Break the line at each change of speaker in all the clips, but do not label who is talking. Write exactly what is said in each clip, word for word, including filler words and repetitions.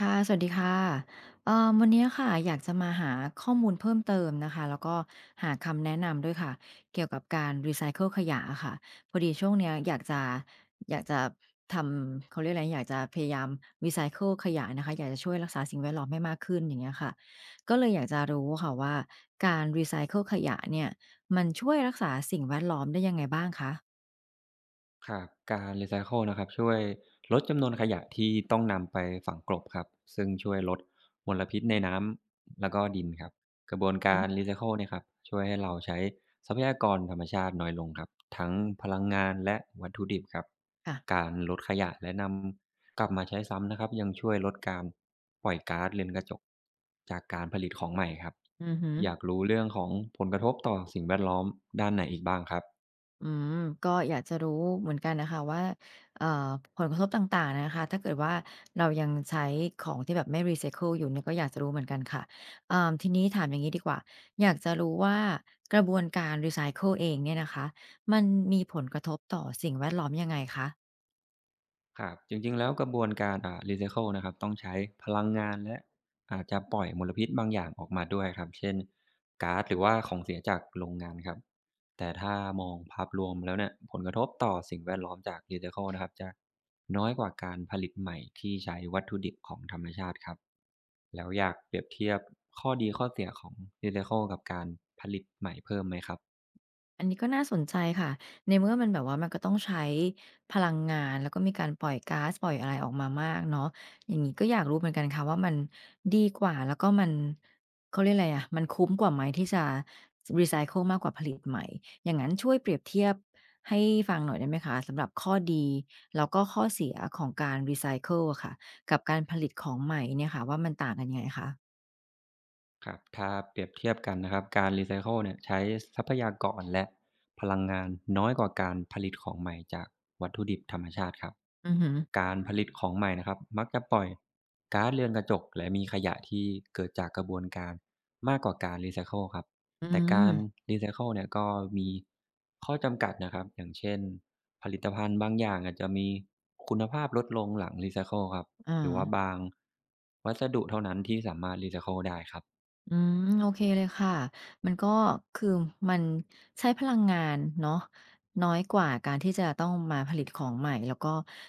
ค่ะสวัสดีค่ะเอ่อวันนี้ค่ะอยากจะมาหาข้อมูลเพิ่มเติมนะคะแล้วก็หาคำแนะนำด้วยค่ะเกี่ยวกับการรีไซเคิลขยะอะค่ะพอดีช่วงเนี้ยอยากจะอยากจะทำเขาเรียกอะไรอยากจะพยายามรีไซเคิลขยะนะคะอยากจะช่วยรักษาสิ่งแวดล้อมให้มากขึ้นอย่างเงี้ยค่ะก็เลยอยากจะรู้ค่ะว่าการรีไซเคิลขยะเนี่ยมันช่วยรักษาสิ่งแวดล้อมได้ยังไงบ้างคะ
ครับการรีไซเคิลนะครับช่วยลดจำนวนขยะที่ต้องนำไปฝังกลบครับซึ่งช่วยลดมลพิษในน้ำแล้วก็ดินครับกระบวน
อือ
การรีไซเคิลเนี่ยครับช่วยให้เราใช้ทรัพยากรธรรมชาติน้อยลงครับทั้งพลังงานและวัตถุดิบครับ
ค่ะ
การลดขยะและนำกลับมาใช้ซ้ำนะครับยังช่วยลดการปล่อยก๊าซเรือนกระจกจากการผลิตของใหม่ครับ
อือฮึ
อยากรู้เรื่องของผลกระทบต่อสิ่งแวดล้อมด้านไหนอีกบ้างครับ
อืมก็อยากจะรู้เหมือนกันนะคะว่าเอ่อผลกระทบต่างๆนะคะถ้าเกิดว่าเรายังใช้ของที่แบบไม่รีไซเคิลอยู่เนี่ยก็อยากจะรู้เหมือนกันค่ะอ่าทีนี้ถามอย่างงี้ดีกว่าอยากจะรู้ว่ากระบวนการรีไซเคิลเองเนี่ยนะคะมันมีผลกระทบต่อสิ่งแวดล้อมยังไงคะ
ครับจริงๆแล้วกระบวนการอ่ารีไซเคิลนะครับต้องใช้พลังงานและอาจจะปล่อยมลพิษบางอย่างออกมาด้วยครับเช่นก๊าซหรือว่าของเสียจากโรงงานครับแต่ถ้ามองภาพรวมแล้วเนี่ยผลกระทบต่อสิ่งแวดล้อมจากรีไซเคิลนะครับจะน้อยกว่าการผลิตใหม่ที่ใช้วัตถุดิบของธรรมชาติครับแล้วอยากเปรียบเทียบข้อดีข้อเสียของรีไซเคิลกับการผลิตใหม่เพิ่มไหมครับ
อันนี้ก็น่าสนใจค่ะในเมื่อมันแบบว่ามันก็ต้องใช้พลังงานแล้วก็มีการปล่อยก๊าซปล่อยอะไรออกมามากเนาะอย่างงี้ก็อยากรู้เหมือนกันค่ะว่ามันดีกว่าแล้วก็มันเขาเรียกอะไรอะมันคุ้มกว่าไหมที่จะรีไซเคิลมากกว่าผลิตใหม่อย่างงั้นช่วยเปรียบเทียบให้ฟังหน่อยได้ไหมคะสำหรับข้อดีแล้วก็ข้อเสียของการรีไซเคิลอะค่ะกับการผลิตของใหม่เนี่ยค่ะว่ามันต่างกันยังไงคะ
ครับถ้าเปรียบเทียบกันนะครับการรีไซเคิลเนี่ยใช้ทรัพยากรและพลังงานน้อยกว่าการผลิตของใหม่จากวัตถุดิบธรรมชาติครับ
อือฮึ
การผลิตของใหม่นะครับมักจะปล่อยก๊าซเรือนกระจกและมีขยะที่เกิดจากกระบวนการมากกว่าการรีไซเคิลครับ
อื
แต่กา
ม
รรีไซเคิลเนี่ยก็มีข้อจำกัดนะครับอย่างเช่นผลิตภัณฑ์บางอย่างอาจจะมีคุณภาพลดลงหลังรีไซเคิลครับ
อา
หรือว่าบางวัสดุเท่านั้นที่สามารถรีไซเคิลได้ครับ
อืมโอเคเลยค่ะมันก็คือมันใช้พลังงานเนาะน้อยกว่าการที่จะต้องมาผลิตของใหม่แล้วก็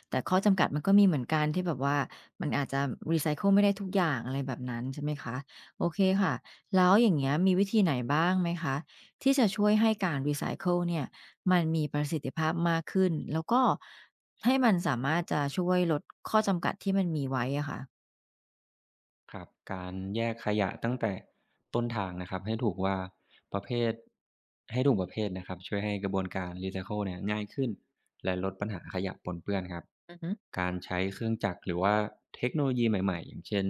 แต่ข้อจำกัดมันก็มีเหมือนกันที่แบบว่ามันอาจจะรีไซเคิลไม่ได้ทุกอย่างอะไรแบบนั้นใช่ไหมคะโอเคค่ะแล้วอย่างเงี้ยมีวิธีไหนบ้างไหมคะที่จะช่วยให้การรีไซเคิลเนี่ยมันมีประสิทธิภาพมากขึ้นแล้วก็ให้มันสามารถจะช่วยลดข้อจำกัดที่มันมีไว้อะค่ะ
ครับการแยกขยะตั้งแต่ต้นทางนะครับให้ถูกว่าประเภทให้ถูกประเภทนะครับช่วยให้กระบวนการรีไซเคิลเนี่ยง่ายขึ้นและลดปัญหาขยะปนเปื้อนครับ
อือฮึ
การใช้เครื่องจักรหรือว่าเทคโนโลยีใหม่ๆอย่างเช่น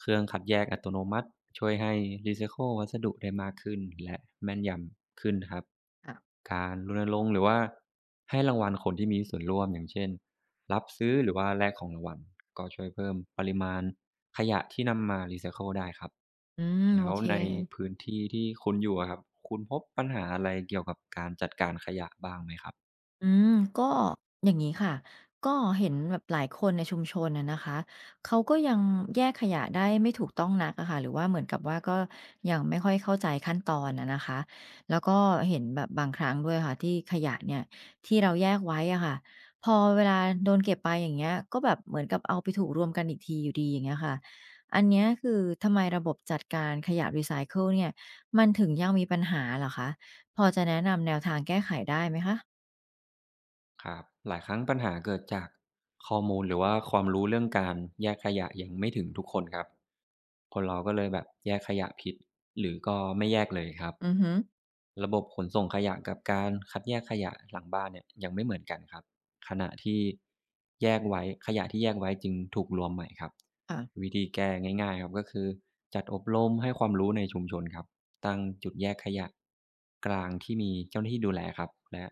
เครื่องคัดแยกอัตโนมัติช่วยให้รีไซเคิลวัสดุได้มากขึ้นและแม่นยำขึ้นครับ
ค่ะ
การรณรงค์หรือว่าให้รางวัลคนที่มีส่วนร่วมอย่างเช่น รับซื้อหรือว่าแลกของรางวัลก็ช่วยเพิ่มปริมาณขยะที่นำมารีไซเคิลได้ครับ
อืมโอ
แล้ว
เค
ในพื้นที่ที่คุณอยู่อะครับคุณพบปัญหาอะไรเกี่ยวกับการจัดการขยะบ้างไหมครับ
อืมก็อย่างนี้ค่ะก็เห็นแบบหลายคนในชุมชนน่ะนะคะเขาก็ยังแยกขยะได้ไม่ถูกต้องนักอะค่ะหรือว่าเหมือนกับว่าก็ยังไม่ค่อยเข้าใจขั้นตอนอะนะคะแล้วก็เห็นแบบบางครั้งด้วยค่ะที่ขยะเนี่ยที่เราแยกไว้อะค่ะพอเวลาโดนเก็บไปอย่างเงี้ยก็แบบเหมือนกับเอาไปถูกรวมกันอีกทีอยู่ดีอย่างเงี้ยค่ะอันเนี้ยคือทำไมระบบจัดการขยะรีไซเคิลเนี่ยมันถึงยังมีปัญหาเหรอคะพอจะแนะนำแนวทางแก้ไขได้ไหมคะ
ครับหลายครั้งปัญหาเกิดจากข้อมูลหรือว่าความรู้เรื่องการแยกขยะยังไม่ถึงทุกคนครับคนเราก็เลยแบบแยกขยะผิดหรือก็ไม่แยกเลยครับ
อือฮึ
ระบบขนส่งขยะกับการคัดแยกขยะหลังบ้านเนี่ยยังไม่เหมือนกันครับขณะที่แยกไว้ขยะที่แยกไว้จึงถูกรวมใหม่ครับ
ค่ะ
วิธีแก้ง่ายๆครับก็คือจัดอบรมให้ความรู้ในชุมชนครับ ตั้งจุดแยกขยะกลางที่มีเจ้าหน้าที่ดูแลครับและ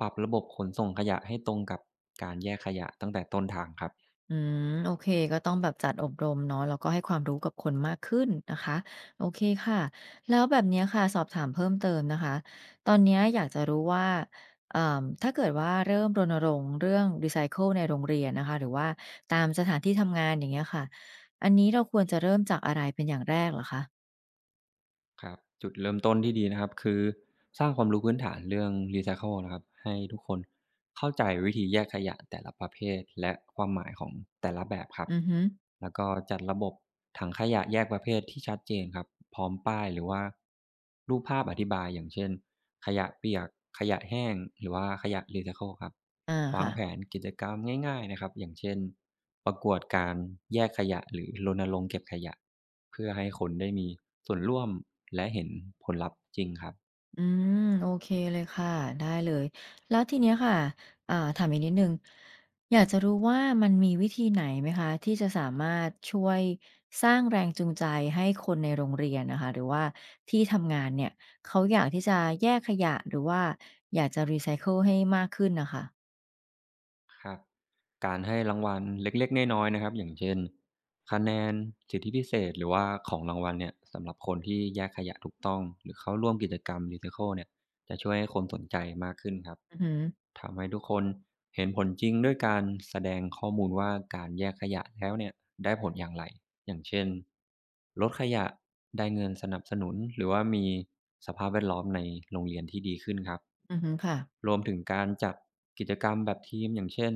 ปรับระบบขนส่งขยะให้ตรงกับการแยกขยะตั้งแต่ต้นทางครับ
อืมโอเคก็ต้องแบบจัดอบรมเนาะแล้วก็ให้ความรู้กับคนมากขึ้นนะคะ โอเคค่ะ แล้วแบบเนี้ยค่ะ สอบถามเพิ่มเติมนะคะ ตอนเนี้ยอยากจะรู้ว่าเอ่มถ้าเกิดว่าเริ่มรณรงค์เรื่องรีไซเคิลในโรงเรียนนะคะหรือว่าตามสถานที่ทำงานอย่างเงี้ยค่ะอันนี้เราควรจะเริ่มจากอะไรเป็นอย่างแรกเหรอคะ
ครับจุดเริ่มต้นที่ดีนะครับคือสร้างความรู้พื้นฐานเรื่อง รีไซเคิล นะครับให้ทุกคนเข้าใจวิธีแยกขยะแต่ละประเภทและความหมายของแต่ละแบบครับ
อือฮึ
แล้วก็จัดระบบถังขยะแยกประเภทที่ชัดเจนครับพร้อมป้ายหรือว่ารูปภาพอธิบายอย่างเช่น ขยะเปียกขยะแห้งหรือว่าขยะรีไซเคิลครับ
อา
วาง
ค่ะ
แผนกิจกรรมง่ายๆนะครับอย่างเช่นประกวดการแยกขยะหรือรณรงค์เก็บขยะเพื่อให้คนได้มีส่วนร่วมและเห็นผลลัพธ์จริงครับ
อืมโอเคเลยค่ะได้เลยแล้วทีเนี้ยค่ะอ่าถามอีกนิดหนึ่งอยากจะรู้ว่ามันมีวิธีไหนไหมคะที่จะสามารถช่วยสร้างแรงจูงใจให้คนในโรงเรียนนะคะหรือว่าที่ทำงานเนี่ยเขาอยากที่จะแยกขยะหรือว่าอยากจะรีไซเคิลให้มากขึ้นนะคะ
ครับการให้รางวัลเล็กๆน้อยๆนะครับอย่างเช่นคะแนนสิทธิพิเศษหรือว่าของรางวัลเนี่ยสำหรับคนที่แยกขยะถูกต้องหรือเข้าร่วมกิจกรรมรีไซเคิลเนี่ยจะช่วยให้คนสนใจมากขึ้นครับ
อือหื
ทำให้ทุกคนเห็นผลจริงด้วยการแสดงข้อมูลว่าการแยกขยะแล้วเนี่ยได้ผลอย่างไร อย่างเช่นลดขยะได้เงินสนับสนุนหรือว่ามีสภาพแวดล้อมในโรงเรียนที่ดีขึ้นครับ
ออือหือค่ะ
รวมถึงการจัดกิจกรรมแบบทีมอย่างเช่น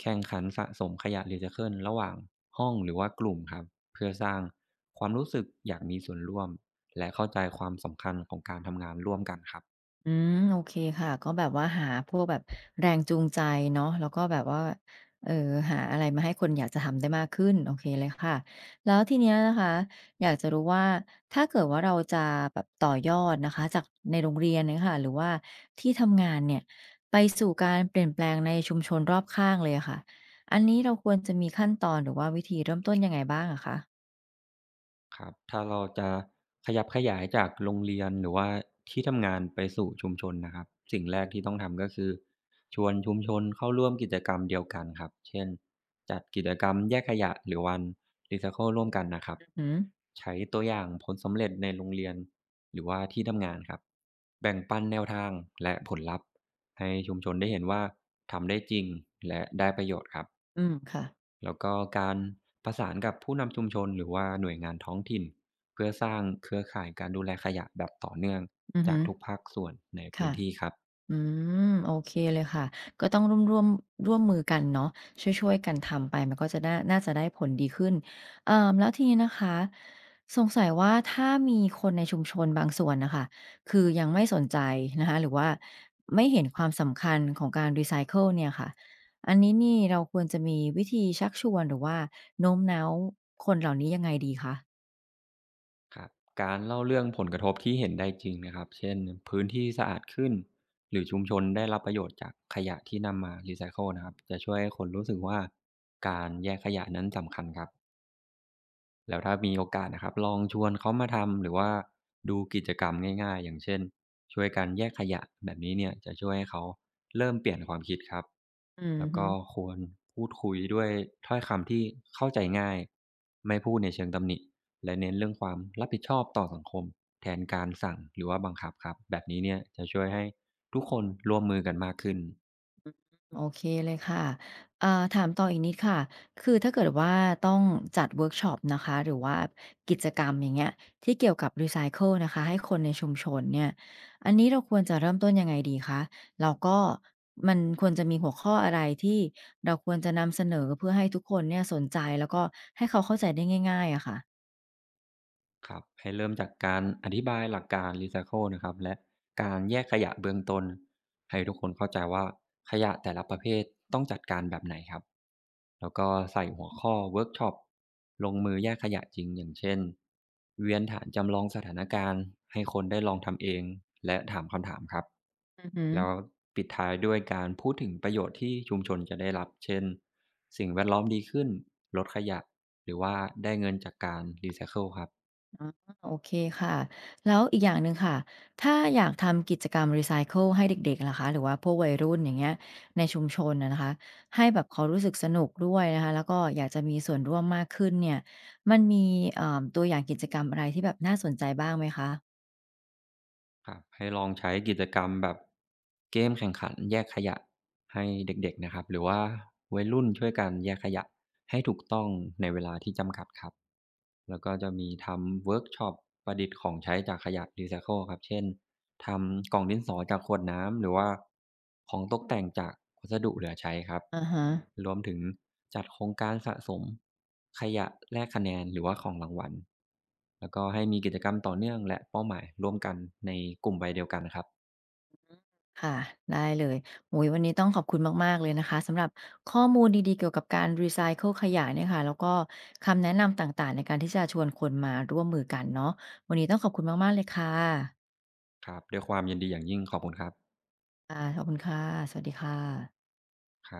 แข่งขันสะสมขยะรีไซเคิลระหว่างห้องหรือว่ากลุ่มครับเพื่อสร้างความรู้สึกอยากมีส่วนร่วมและเข้าใจความสำคัญของการทำงานร่วมกันครับ
อืมโอเคค่ะก็แบบว่าหาพวกแบบแรงจูงใจเนาะแล้วก็แบบว่าเอ่อหาอะไรมาให้คนอยากจะทำได้มากขึ้นโอเคเลยค่ะแล้วทีเนี้ยนะคะอยากจะรู้ว่าถ้าเกิดว่าเราจะแบบต่อยอดนะคะจากในโรงเรียนเนี่ยค่ะหรือว่าที่ทำงานเนี่ยไปสู่การเปลี่ยนแปลงในชุมชนรอบข้างเลยอะค่ะอันนี้เราควรจะมีขั้นตอนหรือว่าวิธีเริ่มต้นยังไงบ้างอะคะ
ครับถ้าเราจะขยับขยายจากโรงเรียนหรือว่าที่ทำงานไปสู่ชุมชนนะครับสิ่งแรกที่ต้องทำก็คือชวนชุมชนเข้าร่วมกิจกรรมเดียวกันครับเช่นจัดกิจกรรมแยกขยะหรือวันรีไซเคิลร่วมกันนะครับ
อือฮึ
ใช้ตัวอย่างผลสำเร็จในโรงเรียนหรือว่าที่ทำงานครับแบ่งปันแนวทางและผลลัพธ์ให้ชุมชนได้เห็นว่าทำได้จริงและได้ประโยชน์ครับ
อืมค่ะ
แล้วก็การประสานกับผู้นำชุมชนหรือว่าหน่วยงานท้องถิ่นเพื่อสร้างเครือข่ายการดูแลขยะแบบต่อเนื่อง
อือ
จา
ฮึ
กทุกภาคส่วนในพื้
ค่ะ
นที่ครับ
อืมโอเคเลยค่ะก็ต้องร่วมร่วมร่วมมือกันเนาะช่วยๆกันทำไปมันก็จะน่าน่าจะได้ผลดีขึ้นเอ่อแล้วทีนี้นะคะสงสัยว่าถ้ามีคนในชุมชนบางส่วนนะคะคือยังไม่สนใจนะคะหรือว่าไม่เห็นความสำคัญของการรีไซเคิลเนี่ยค่ะอันนี้นี่เราควรจะมีวิธีชักชวนหรือว่าโน้มน้าวคนเหล่านี้ยังไงดีคะ
ครับการเล่าเรื่องผลกระทบที่เห็นได้จริงนะครับ เช่นพื้นที่สะอาดขึ้นหรือชุมชนได้รับประโยชน์จากขยะที่นำมารีไซเคิลนะครับจะช่วยให้คนรู้สึกว่าการแยกขยะนั้นสำคัญครับ แล้วถ้ามีโอกาสนะครับลองชวนเขามาทำหรือว่าดูกิจกรรมง่ายๆอย่างเช่นช่วยกันแยกขยะแบบนี้เนี่ยจะช่วยให้เขาเริ่มเปลี่ยนความคิดครับ
อื
แล้วก็
ม
ควรพูดคุยด้วยถ้อยคำที่เข้าใจง่ายไม่พูดในเชิงตำหนิและเน้นเรื่องความรับผิดชอบต่อสังคมแทนการสั่งหรือว่าบังคับครับแบบนี้เนี่ยจะช่วยให้ทุกคนร่วมมือกันมากขึ้น
โอเคเลยค่ะเอ่อถามต่ออีกนิดค่ะ คือถ้าเกิดว่าต้องจัดเวิร์กช็อปนะคะ หรือว่ากิจกรรมอย่างเงี้ยที่เกี่ยวกับรีไซเคิลนะคะ ให้คนในชุมชนเนี่ย อันนี้เราควรจะเริ่มต้นยังไงดีคะแล้วก็มันควรจะมีหัวข้ออะไรที่เราควรจะนำเสนอเพื่อให้ทุกคนเนี่ยสนใจแล้วก็ให้เขาเข้าใจได้ง่ายๆอะค่ะ
ครับให้เริ่มจากการอธิบายหลักการรีไซเคิลนะครับและการแยกขยะเบื้องต้นให้ทุกคนเข้าใจว่าขยะแต่ละประเภทต้องจัดการแบบไหนครับแล้วก็ใส่หัวข้อเวิร์กช็อปลงมือแยกขยะจริงอย่างเช่นเวียนฐานจำลองสถานการณ์ให้คนได้ลองทำเองและถามคำถามครับ
อือฮึ
แล้วปิดท้ายด้วยการพูดถึงประโยชน์ที่ชุมชนจะได้รับเช่นสิ่งแวดล้อมดีขึ้นลดขยะหรือว่าได้เงินจากการรีไซเคิลครับ
อ๋อโอเคค่ะแล้วอีกอย่างหนึ่งค่ะถ้าอยากทำกิจกรรมรีไซเคิลให้เด็กๆล่ะคะหรือว่าพวกวัยรุ่นอย่างเงี้ยในชุมชนนะนะคะให้แบบเขารู้สึกสนุกด้วยนะคะแล้วก็อยากจะมีส่วนร่วมมากขึ้นเนี่ยมันมีเอ่อตัวอย่างกิจกรรมอะไรที่แบบน่าสนใจบ้างไหมคะ
ครับให้ลองใช้กิจกรรมแบบเกมแข่งขันแยกขยะให้เด็กๆนะครับหรือว่าวัยรุ่นช่วยกันแยกขยะให้ถูกต้องในเวลาที่จำกัดครับแล้วก็จะมีทำเวิร์กช็อปประดิษฐ์ของใช้จากขยะรีไซเคิลครับเช่น ทำกล่องดินสอจากขวดน้ำหรือว่าของตกแต่งจากวัสดุเหลือใช้ครับ
ออฮะ
รวมถึงจัดโครงการสะสมขยะแลกคะแนนหรือว่าของรางวัลแล้วก็ให้มีกิจกรรมต่อเนื่องและเป้าหมายร่วมกันในกลุ่มวัยเดียวกันครับ
ค่ะได้เลยโอ้ยวันนี้ต้องขอบคุณมากๆเลยนะคะสำหรับข้อมูลดีๆเกี่ยวกับการรีไซเคิลขยะเนี่ยค่ะแล้วก็คำแนะนำต่างๆในการที่จะชวนคนมาร่วมมือกันเนาะวันนี้ต้องขอบคุณมากๆเลยค่ะ
ครับด้วยความยินดีอย่างยิ่งขอบคุณครับ
อ่าขอบคุณค่ะสวัสดีค่ะ
ครับ